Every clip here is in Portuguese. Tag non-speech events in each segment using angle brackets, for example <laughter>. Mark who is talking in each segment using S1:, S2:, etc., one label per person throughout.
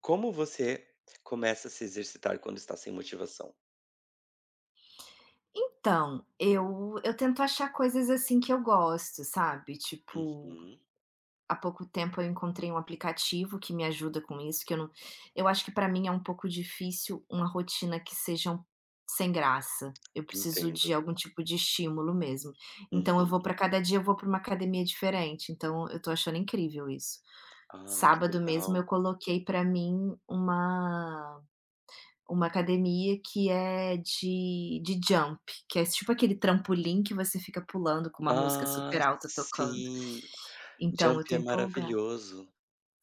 S1: Como você começa a se exercitar quando está sem motivação?
S2: Então, eu tento achar coisas, assim, que eu gosto, sabe, tipo,
S1: Uhum,
S2: há pouco tempo eu encontrei um aplicativo que me ajuda com isso, que eu não eu acho que pra mim é um pouco difícil uma rotina que sejam sem graça, eu preciso de
S1: entendo.
S2: algum tipo de estímulo mesmo, então eu
S1: Uhum.
S2: vou pra cada dia eu vou pra uma academia diferente, então eu tô achando incrível isso.
S1: Ah, que
S2: Sábado mesmo
S1: legal.
S2: eu coloquei pra mim uma academia que é de jump, que é tipo aquele trampolim que você fica pulando com uma música super
S1: Ah,
S2: alta tocando.
S1: sim,
S2: Então
S1: jump
S2: eu tô
S1: é
S2: empolgada.
S1: maravilhoso.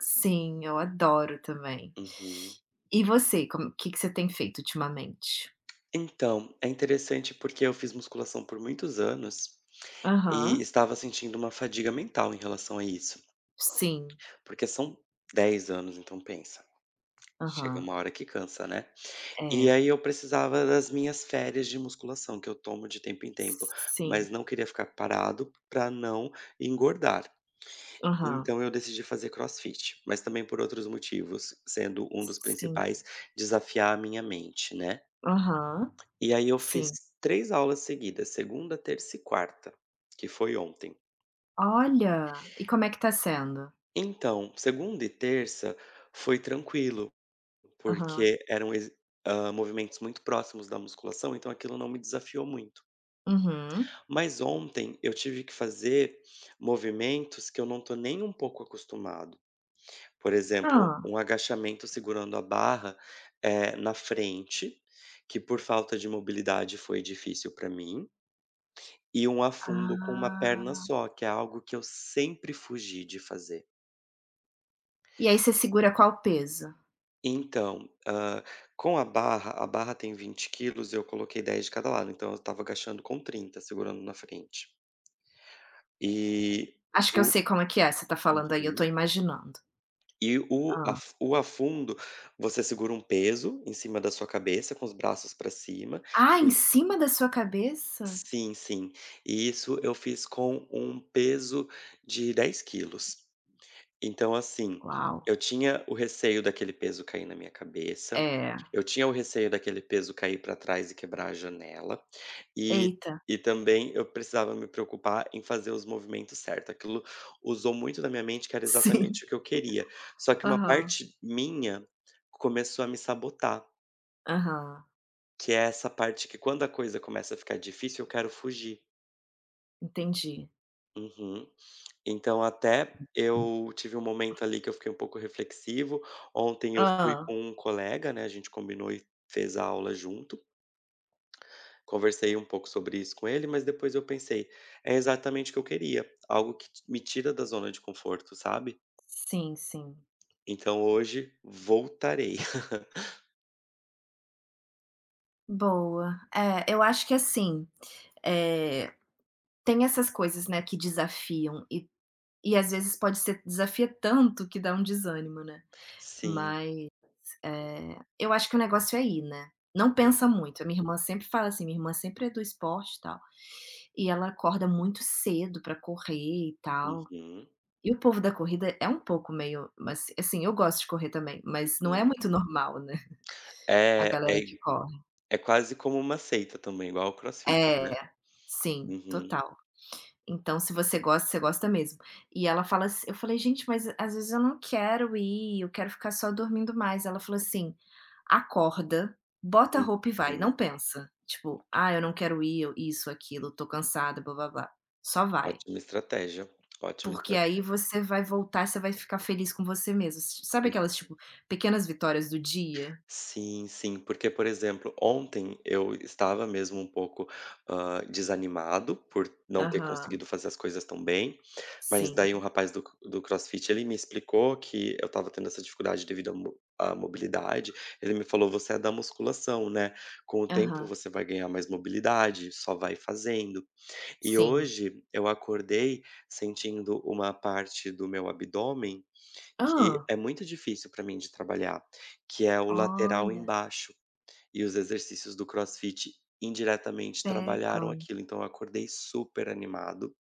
S2: Sim, eu adoro também.
S1: Uhum.
S2: E você, como o que que você tem feito ultimamente?
S1: Então, é interessante porque eu fiz musculação por muitos anos e
S2: Aham.
S1: estava sentindo uma fadiga mental em relação a isso,
S2: Sim.
S1: porque são 10 anos, então pensa, chega
S2: Aham.
S1: uma hora que cansa, né? E
S2: É.
S1: aí eu precisava das minhas férias de musculação, que eu tomo de tempo em tempo, mas
S2: Sim.
S1: não queria ficar parado para não engordar.
S2: Aham.
S1: Então eu decidi fazer crossfit, mas também por outros motivos, sendo um dos
S2: Sim.
S1: principais desafiar a minha mente, né.
S2: Aham.
S1: E aí eu fiz
S2: Sim.
S1: 3 aulas seguidas, segunda, terça e quarta, que foi ontem.
S2: Olha! E como é que tá sendo?
S1: Então, segunda e terça foi tranquilo,
S2: Aham.
S1: porque eram movimentos muito próximos da musculação, então aquilo não me desafiou muito.
S2: Uhum.
S1: Mas ontem eu tive que fazer movimentos que eu não tô nem um pouco acostumado. Por exemplo,
S2: Hã.
S1: um agachamento segurando a barra, na frente, que por falta de mobilidade foi difícil para mim, e um afundo com uma perna
S2: Ah.
S1: só, que é algo que eu sempre fugi de fazer.
S2: E aí você segura qual peso?
S1: Então, com a barra tem 20 quilos, eu coloquei 10 de cada lado, então eu estava agachando com 30, segurando na frente. E
S2: Acho que eu
S1: o
S2: sei como é que é, você tá falando aí, eu tô
S1: Uhum.
S2: imaginando.
S1: E o
S2: Hã.
S1: af o afundo, você segura um peso em cima da sua cabeça com os braços para cima
S2: Ah, em
S1: e
S2: cima da sua cabeça?
S1: sim, sim. E isso eu fiz com um peso de 10 quilos. Então, assim,
S2: Uau.
S1: eu tinha o receio daquele peso cair na minha cabeça,
S2: É.
S1: eu tinha o receio daquele peso cair para trás e quebrar a janela, e
S2: Eita.
S1: e também eu precisava me preocupar em fazer os movimentos certos. Aquilo usou muito da minha mente, que era
S2: <laughs> Sim.
S1: exatamente o que eu queria. Só que uma
S2: Aham,
S1: parte minha começou a me sabotar,
S2: aham.
S1: que é essa parte que quando a coisa começa a ficar difícil, eu quero fugir.
S2: Entendi.
S1: Uhum. Então até eu tive um momento ali que eu fiquei um pouco reflexivo. Ontem eu fui
S2: Hã.
S1: com um colega, né, a gente combinou e fez a aula junto. Conversei um pouco sobre isso com ele, mas depois eu pensei, é exatamente o que eu queria, algo que t me tira da zona de conforto, sabe.
S2: Sim, sim.
S1: Então hoje voltarei. <laughs>
S2: Boa. É, eu acho que assim, eh, tem essas coisas, né, que desafiam e às vezes pode ser desafia tanto que dá um desânimo, né.
S1: Sim.
S2: Mas. Eu acho que o negócio é ir, né. Não pensa muito, a minha irmã sempre fala assim, minha irmã sempre é do esporte e tal, e ela acorda muito cedo pra correr e tal.
S1: Uhum,
S2: E o povo da corrida é um pouco meio mas, assim, eu gosto de correr também, mas não é
S1: uhum.
S2: muito normal, né, a
S1: É
S2: galera
S1: é
S2: que corre.
S1: é quase como uma seita também, igual o crossfit, né.
S2: É, sim,
S1: Uhum,
S2: total. Então, se você gosta, você gosta mesmo. E ela fala assi eu falei: "Gente, mas às vezes eu não quero ir, eu quero ficar só dormindo mais". Ela falou assim: "Acorda, bota a roupa e vai, não
S1: uhum.
S2: pensa. Tipo, ah, eu não quero ir, eu isso, aquilo, tô cansada, blá-blá-blá. Só vai,
S1: Ótima estratégia, ótima
S2: porque aí
S1: estratégia.
S2: você vai voltar, você vai ficar feliz com você mesma". S sabe aquelas, tipo, pequenas vitórias do dia?
S1: Sim, sim, porque, por exemplo, ontem eu estava mesmo um pouco, desanimado por não ter
S2: Aham,
S1: conseguido fazer as coisas tão bem, mas daí um
S2: sim.
S1: rapaz do CrossFit, ele me explicou que eu estava tendo essa dificuldade devido à mobilidade, ele me falou: "Você é da musculação, né, com o tempo
S2: Aham,
S1: você vai ganhar mais mobilidade, só vai fazendo". E
S2: sim.
S1: hoje eu acordei sentindo uma parte do meu abdômen que
S2: Ah.
S1: é muito difícil para mim de trabalhar, que é o lateral
S2: Olha,
S1: embaixo, e os exercícios do CrossFit indiretamente trabalharam
S2: pegam.
S1: aquilo, então eu acordei super animado,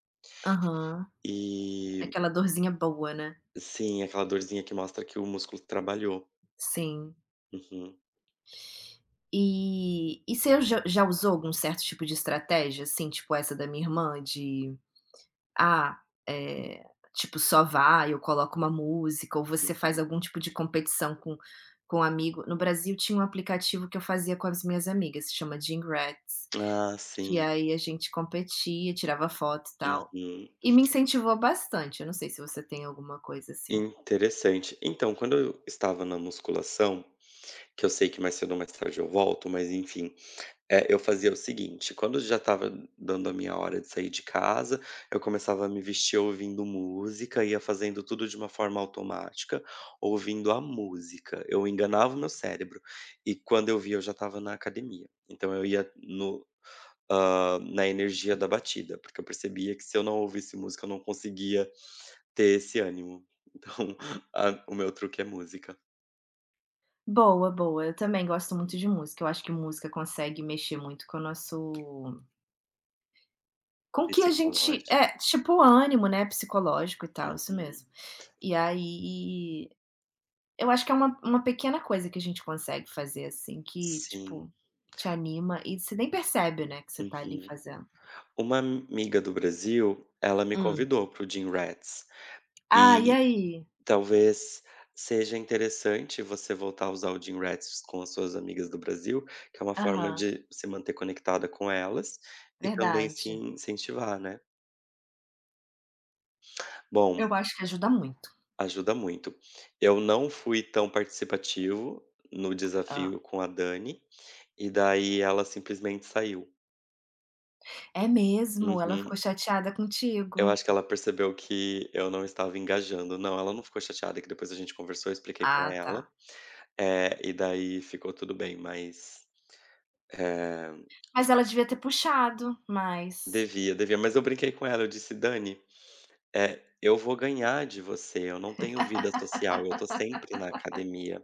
S2: Aham.
S1: e
S2: Aquela dorzinha boa, né?
S1: sim, aquela dorzinha que mostra que o músculo trabalhou.
S2: Sim.
S1: Uhum,
S2: E você já usou algum certo tipo de estratégia, assim, tipo essa da minha irmã de, ah, eh, tipo, só vai, eu coloco uma música, ou você faz
S1: uhum.
S2: algum tipo de competição com um amigo. No Brasil tinha um aplicativo que eu fazia com as minhas amigas, se chama Jean Rats,
S1: Ah,
S2: que
S1: sim.
S2: aí a gente competia, tirava foto e tal.
S1: Uhum.
S2: E me incentivou bastante, eu não sei se você tem alguma coisa assim.
S1: Interessante. Então, quando eu estava na musculação, que eu sei que mais cedo ou mais tarde eu volto, mas enfim, é, eu fazia o seguinte, quando já estava dando a minha hora de sair de casa, eu começava a me vestir ouvindo música, ia fazendo tudo de uma forma automática, ouvindo a música. Eu enganava o meu cérebro. E quando eu via, eu já estava na academia. Então eu ia no, ah, na energia da batida, porque eu percebia que se eu não ouvisse música, eu não conseguia ter esse ânimo. Então, <laughs> o meu truque é música
S2: Boa, boa, eu também gosto muito de música, eu acho que música consegue mexer muito com o nosso. Com que a gente
S1: psicológica.
S2: é, tipo ânimo, né, psicológico e tal, isso
S1: Uhum.
S2: mesmo. E aí, eu acho que é uma pequena coisa que a gente consegue fazer, assim, que,
S1: Sim.
S2: tipo, te anima e você nem percebe, né, que você tá ali
S1: Uhum.
S2: fazendo.
S1: Uma amiga do Brasil, ela me
S2: Hum.
S1: convidou para o Gym Rats,
S2: Ah, e
S1: e
S2: aí?
S1: talvez seja interessante você voltar a usar o Gym Rats com as suas amigas do Brasil, que é uma forma
S2: Aham,
S1: de se manter conectada com elas e também se
S2: verdade.
S1: incentivar, né. Bom,
S2: Eu acho que ajuda muito.
S1: ajuda muito. Eu não fui tão participativo no
S2: Hã.
S1: desafio com a Dani, e daí ela simplesmente saiu.
S2: É mesmo? Ela ficou
S1: Uhum.
S2: chateada
S1: Eu
S2: contigo?
S1: acho que ela percebeu que eu não estava engajando. Não, ela não ficou chateada, que depois a gente conversou, eu expliquei pra
S2: Ah,
S1: ela,
S2: tá.
S1: e daí ficou tudo bem, mas, eh,
S2: Mas ela devia ter puxado mais.
S1: devia, devia. Mas eu brinquei com ela, eu disse: "Dani, eu vou ganhar de você, eu não tenho vida social, eu tô sempre na academia".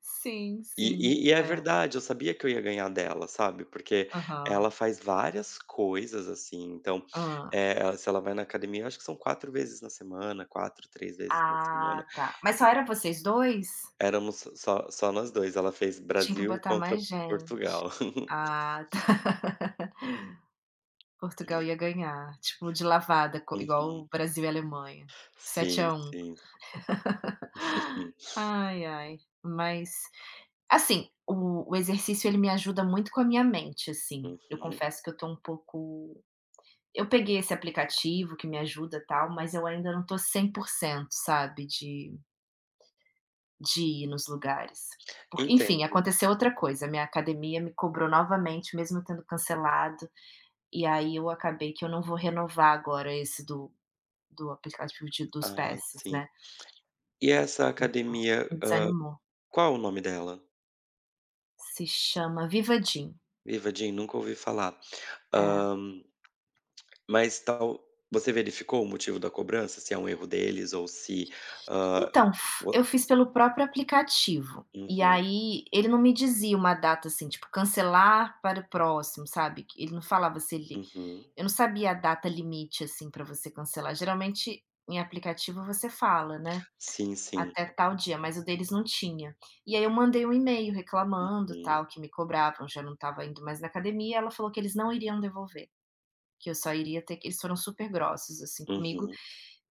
S2: Sim, sim.
S1: E é
S2: É.
S1: verdade, eu sabia que eu ia ganhar dela, sabe, porque
S2: Aham.
S1: ela faz várias coisas, assim, então,
S2: Ah.
S1: se ela vai na academia, eu acho que são 4 vezes na semana, 4, 3 vezes na semana.
S2: Ah, tá. Mas só era vocês 2.
S1: Éramos só nós dois, ela fez
S2: Tinha que
S1: Brasil
S2: botar
S1: contra
S2: mais gente.
S1: Portugal.
S2: Ah, tá. <laughs> Portugal ia
S1: <laughs>
S2: ganhar, tipo, de lavada, co igual
S1: Uhum.
S2: o Brasil e a Alemanha, 7
S1: Sim,
S2: a um.
S1: sim. Uhum.
S2: Ai, ai. Mas, assim, o exercício ele me ajuda muito com a minha mente, assim. Eu
S1: Uhum.
S2: confesso que eu tô um pouco. Eu peguei esse aplicativo que me ajuda, e tal, mas eu ainda não tô 100%, sabe, de ir nos lugares. Porque, enfim,
S1: Entendo.
S2: aconteceu outra coisa. Minha academia me cobrou novamente, mesmo tendo cancelado. E aí eu acabei que eu não vou renovar agora esse do aplicativo de, dos
S1: Ah,
S2: passes, né?
S1: sim. E essa academia,
S2: Me desanimou.
S1: qual o nome dela?
S2: Se chama Viva Gym.
S1: Viva Jean, nunca ouvi falar.
S2: É.
S1: Hã, mas tal você verificou o motivo da cobrança? Se é um erro deles ou se, hã,
S2: Então, eu
S1: vo
S2: fiz pelo próprio aplicativo. E
S1: uhum,
S2: aí ele não me dizia uma data assim, tipo, cancelar para o próximo, sabe? Que ele não falava se ele.
S1: uhum.
S2: Eu não sabia a data limite, assim, para você cancelar. Geralmente, em aplicativo, você fala, né?
S1: Sim, sim.
S2: Até tal dia, mas o deles não tinha. E aí eu mandei um e-mail reclamando,
S1: Uhum,
S2: tal, que me cobravam, já não estava indo mais na academia, ela falou que eles não iriam devolver, que eu só iria ter que eles foram super grossos, assim, comigo,
S1: uhum,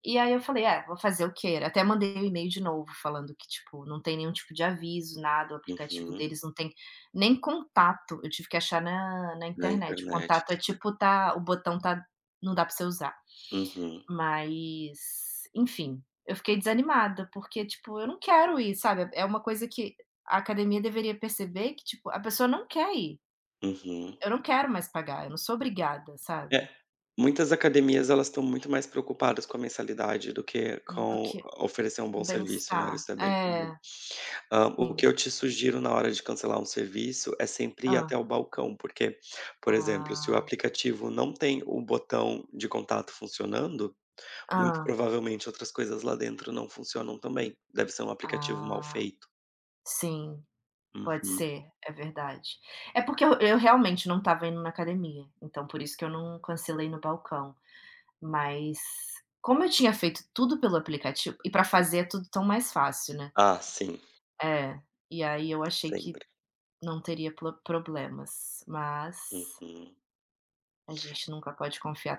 S2: e aí eu falei: "É, vou fazer o quê?" Até mandei o e-mail de novo falando que, tipo, não tem nenhum tipo de aviso, nada, o aplicativo
S1: uhum.
S2: deles não tem nem contato, eu tive que achar na
S1: Na
S2: internet, o
S1: internet.
S2: contato é tipo tá o botão tá não dá pra você usar.
S1: Uhum,
S2: Mas, enfim, eu fiquei desanimada, porque, tipo, eu não quero ir, sabe, é uma coisa que a academia deveria perceber que, tipo, a pessoa não quer ir,
S1: uhum.
S2: eu não quero mais pagar, eu não sou obrigada, sabe,
S1: É, muitas academias elas estão muito mais preocupadas com a mensalidade do que
S2: do
S1: com
S2: que
S1: oferecer um bom
S2: o
S1: serviço, né,
S2: bem-estar.
S1: isso é bem comum.
S2: É,
S1: O
S2: sim.
S1: que eu te sugiro na hora de cancelar um serviço é sempre ir até o balcão, porque, por exemplo, se o
S2: Ah,
S1: aplicativo não tem o botão de contato funcionando, muito
S2: hã,
S1: provavelmente outras coisas lá dentro não funcionam também. Deve ser um aplicativo mal
S2: ah,
S1: feito.
S2: sim, pode
S1: Uhum.
S2: ser, é verdade. É porque eu realmente não estava indo na academia, então por isso que eu não cancelei no balcão, mas como eu tinha feito tudo pelo aplicativo e para fazer é tudo tão mais fácil, né.
S1: Ah, sim,
S2: É, e aí eu achei que
S1: sempre.
S2: não teria plo problemas, mas
S1: Uhum.
S2: a gente nunca pode confiar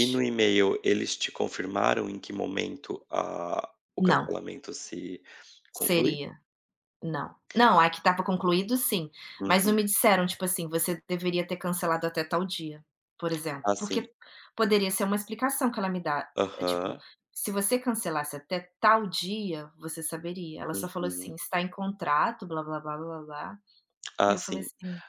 S1: E no e-mail, eles te confirmaram em que momento a o
S2: Não,
S1: cancelamento se conclui?
S2: seria. Não. Não, a etapa concluído sim, mas não
S1: Uhum.
S2: me disseram, tipo assim: "Você deveria ter cancelado até tal dia", por exemplo,
S1: Ah, sim.
S2: porque poderia ser uma explicação que ela me dá, tipo:
S1: Aham.
S2: "Se você cancelasse até tal dia, você saberia". Ela só falou assim:
S1: Uhum.
S2: "Está em contrato, blá blá blá blá blá". E
S1: Ah,
S2: eu falei
S1: sim.
S2: assim: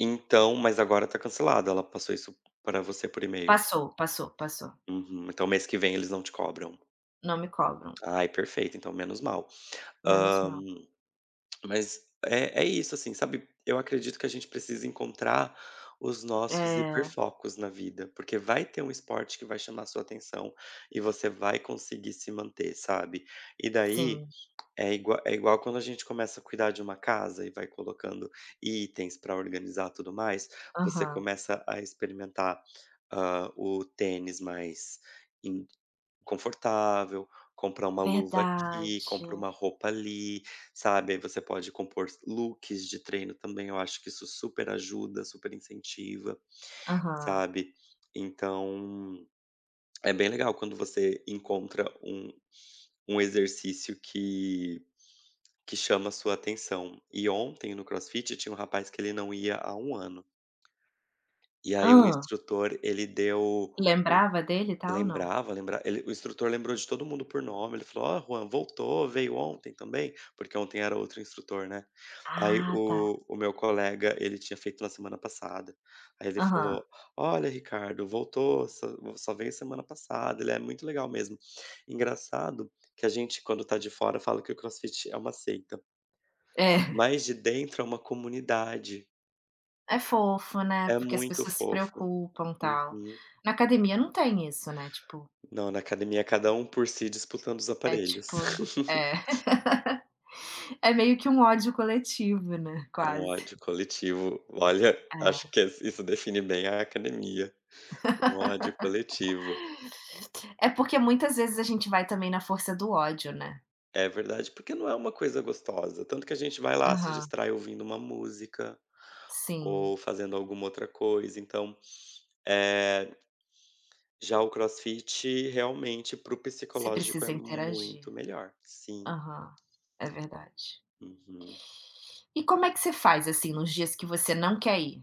S1: Então mas agora tá cancelado, ela passou isso para você por e-mail.
S2: "Passou, passou, passou.
S1: Uhum. Então mês que vem eles não te cobram.
S2: Não me cobram,
S1: Ai, perfeito, então menos mal.
S2: menos
S1: Hã
S2: mal".
S1: Mas é isso, assim, sabe, eu acredito que a gente precisa encontrar os nossos
S2: É,
S1: hiperfocos na vida, porque vai ter um esporte que vai chamar sua atenção e você vai conseguir se manter, sabe. E daí
S2: sim.
S1: é igual, é igual quando a gente começa a cuidar de uma casa e vai colocando itens para organizar tudo mais, você
S2: Aham.
S1: começa a experimentar, o tênis mais confortável, comprar uma luva
S2: Verdade.
S1: aqui, compra uma roupa ali, sabe, aí você pode compor looks de treino também, eu acho que isso super ajuda, super incentiva,
S2: Aham.
S1: sabe. Então, é bem legal quando você encontra um exercício que chama a sua atenção. E ontem no crossfit tinha um rapaz que ele não ia há um ano, e aí o
S2: Hã.
S1: instrutor ele deu
S2: Lembrava dele e tal, não?
S1: lembrava, lembra ele o instrutor lembrou de todo mundo por nome, ele falou: "Ó, Juan voltou, veio ontem também", porque ontem era outro instrutor, né. Aí
S2: Ah, tá.
S1: o meu colega, ele tinha feito na semana passada, aí ele
S2: Aham.
S1: falou: "Olha Ricardo, voltou, só veio semana passada, ele é muito legal mesmo". Engraçado que a gente quando tá de fora fala que o crossfit é uma seita,
S2: É.
S1: mas de dentro é uma comunidade,
S2: É fofo, né,
S1: é
S2: porque as
S1: muito
S2: pessoas se
S1: fofo.
S2: preocupam, tal.
S1: Uhum.
S2: Na academia não tem isso, né, tipo,
S1: Não, na academia é cada um por si disputando os
S2: é
S1: aparelhos.
S2: tipo
S1: <laughs>
S2: é. <laughs> É meio que um ódio coletivo, né,
S1: É um
S2: quase.
S1: ódio coletivo. Olha, acho
S2: É.
S1: que es isso define bem a academia, um ódio coletivo.
S2: É porque muitas vezes a gente vai também na força do ódio, né.
S1: É verdade, porque não é uma coisa gostosa, tanto que a gente vai lá, se
S2: Aham.
S1: distrai ouvindo uma música
S2: Sim.
S1: ou fazendo alguma outra coisa, então, eh, já o crossfit realmente para o
S2: Você
S1: psicológico é
S2: precisa interagir.
S1: muito melhor. Sim.
S2: Aham. É verdade.
S1: Uhum.
S2: E como é que você faz, assim, nos dias que você não quer ir?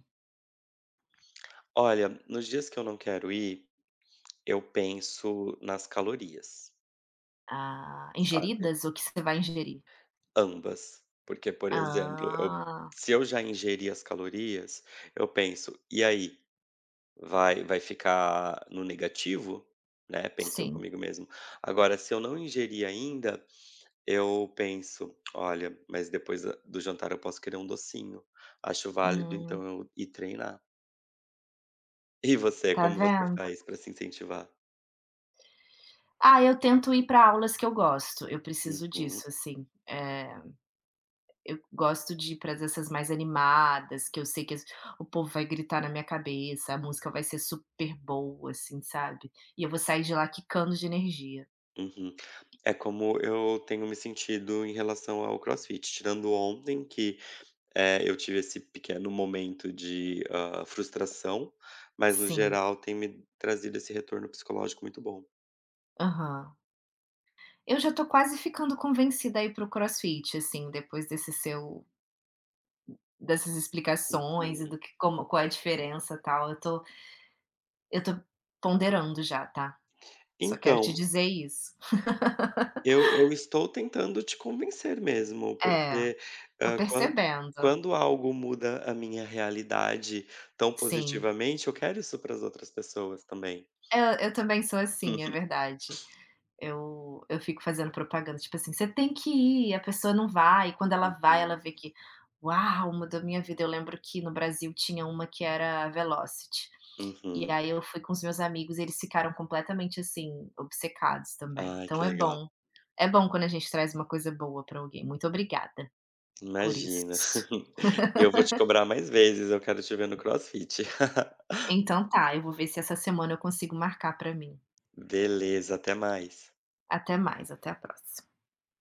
S1: Olha, nos dias que eu não quero ir, eu penso nas calorias,
S2: Ah,
S1: sabe.
S2: ingeridas ou que você vai ingerir?
S1: Ambas, porque, por exemplo, eu
S2: Ah,
S1: se eu já ingeri as calorias, eu penso: "E aí, vai ficar no negativo?", né, penso
S2: sim.
S1: comigo mesmo. Agora, se eu não ingeri ainda, eu penso: "Olha, mas depois da do jantar eu posso querer um docinho, acho válido então
S2: Hum,
S1: eu ir treinar". E você,
S2: tá
S1: como você
S2: vendo?
S1: faz para se incentivar?
S2: Ah, eu tento ir para aulas que eu gosto, eu preciso
S1: Uhum,
S2: disso, assim, eu gosto de ir para as essas mais animadas, que eu sei que as o povo vai gritar na minha cabeça, a música vai ser super boa, assim, sabe, e eu vou sair de lá quicando de energia.
S1: uhum. É como eu tenho me sentido em relação ao CrossFit, tirando ontem que é, eu tive esse pequeno momento de, frustração, mas no
S2: Sim,
S1: geral tem me trazido esse retorno psicológico muito bom.
S2: aham. Eu já tô quase ficando convencida a ir para o crossfit, assim, depois desse seu dessas explicações e
S1: Uhum.
S2: do que como qual é a diferença, e tal, eu tô. eu tô Ponderando já, tá, só quero te
S1: Então,
S2: dizer isso.
S1: eu estou tentando te convencer mesmo,
S2: É.
S1: porque,
S2: Tô
S1: hã,
S2: percebendo.
S1: quando algo muda a minha realidade tão
S2: Sim.
S1: positivamente, eu quero isso para as outras pessoas também.
S2: Eu também sou assim, é verdade. Eu fico fazendo propaganda, tipo assim: "Você tem que ir", a pessoa não vai, e quando ela vai, ela
S1: Uhum.
S2: vê que: "Uau, mudou minha vida". Eu lembro que no Brasil tinha uma que era a Velocity, e
S1: Uhum.
S2: aí eu fui com os meus amigos, eles ficaram completamente, assim, obcecados também.
S1: Ai, que
S2: Então
S1: legal.
S2: é bom quando a gente traz uma coisa boa pra alguém. Muito obrigada por isso.
S1: Imagina. <laughs> E eu vou te cobrar mais vezes, eu quero te ver no crossfit. <laughs>
S2: Então tá, eu vou ver se essa semana eu consigo marcar pra mim.
S1: Beleza, até mais.
S2: Até mais, até a próxima.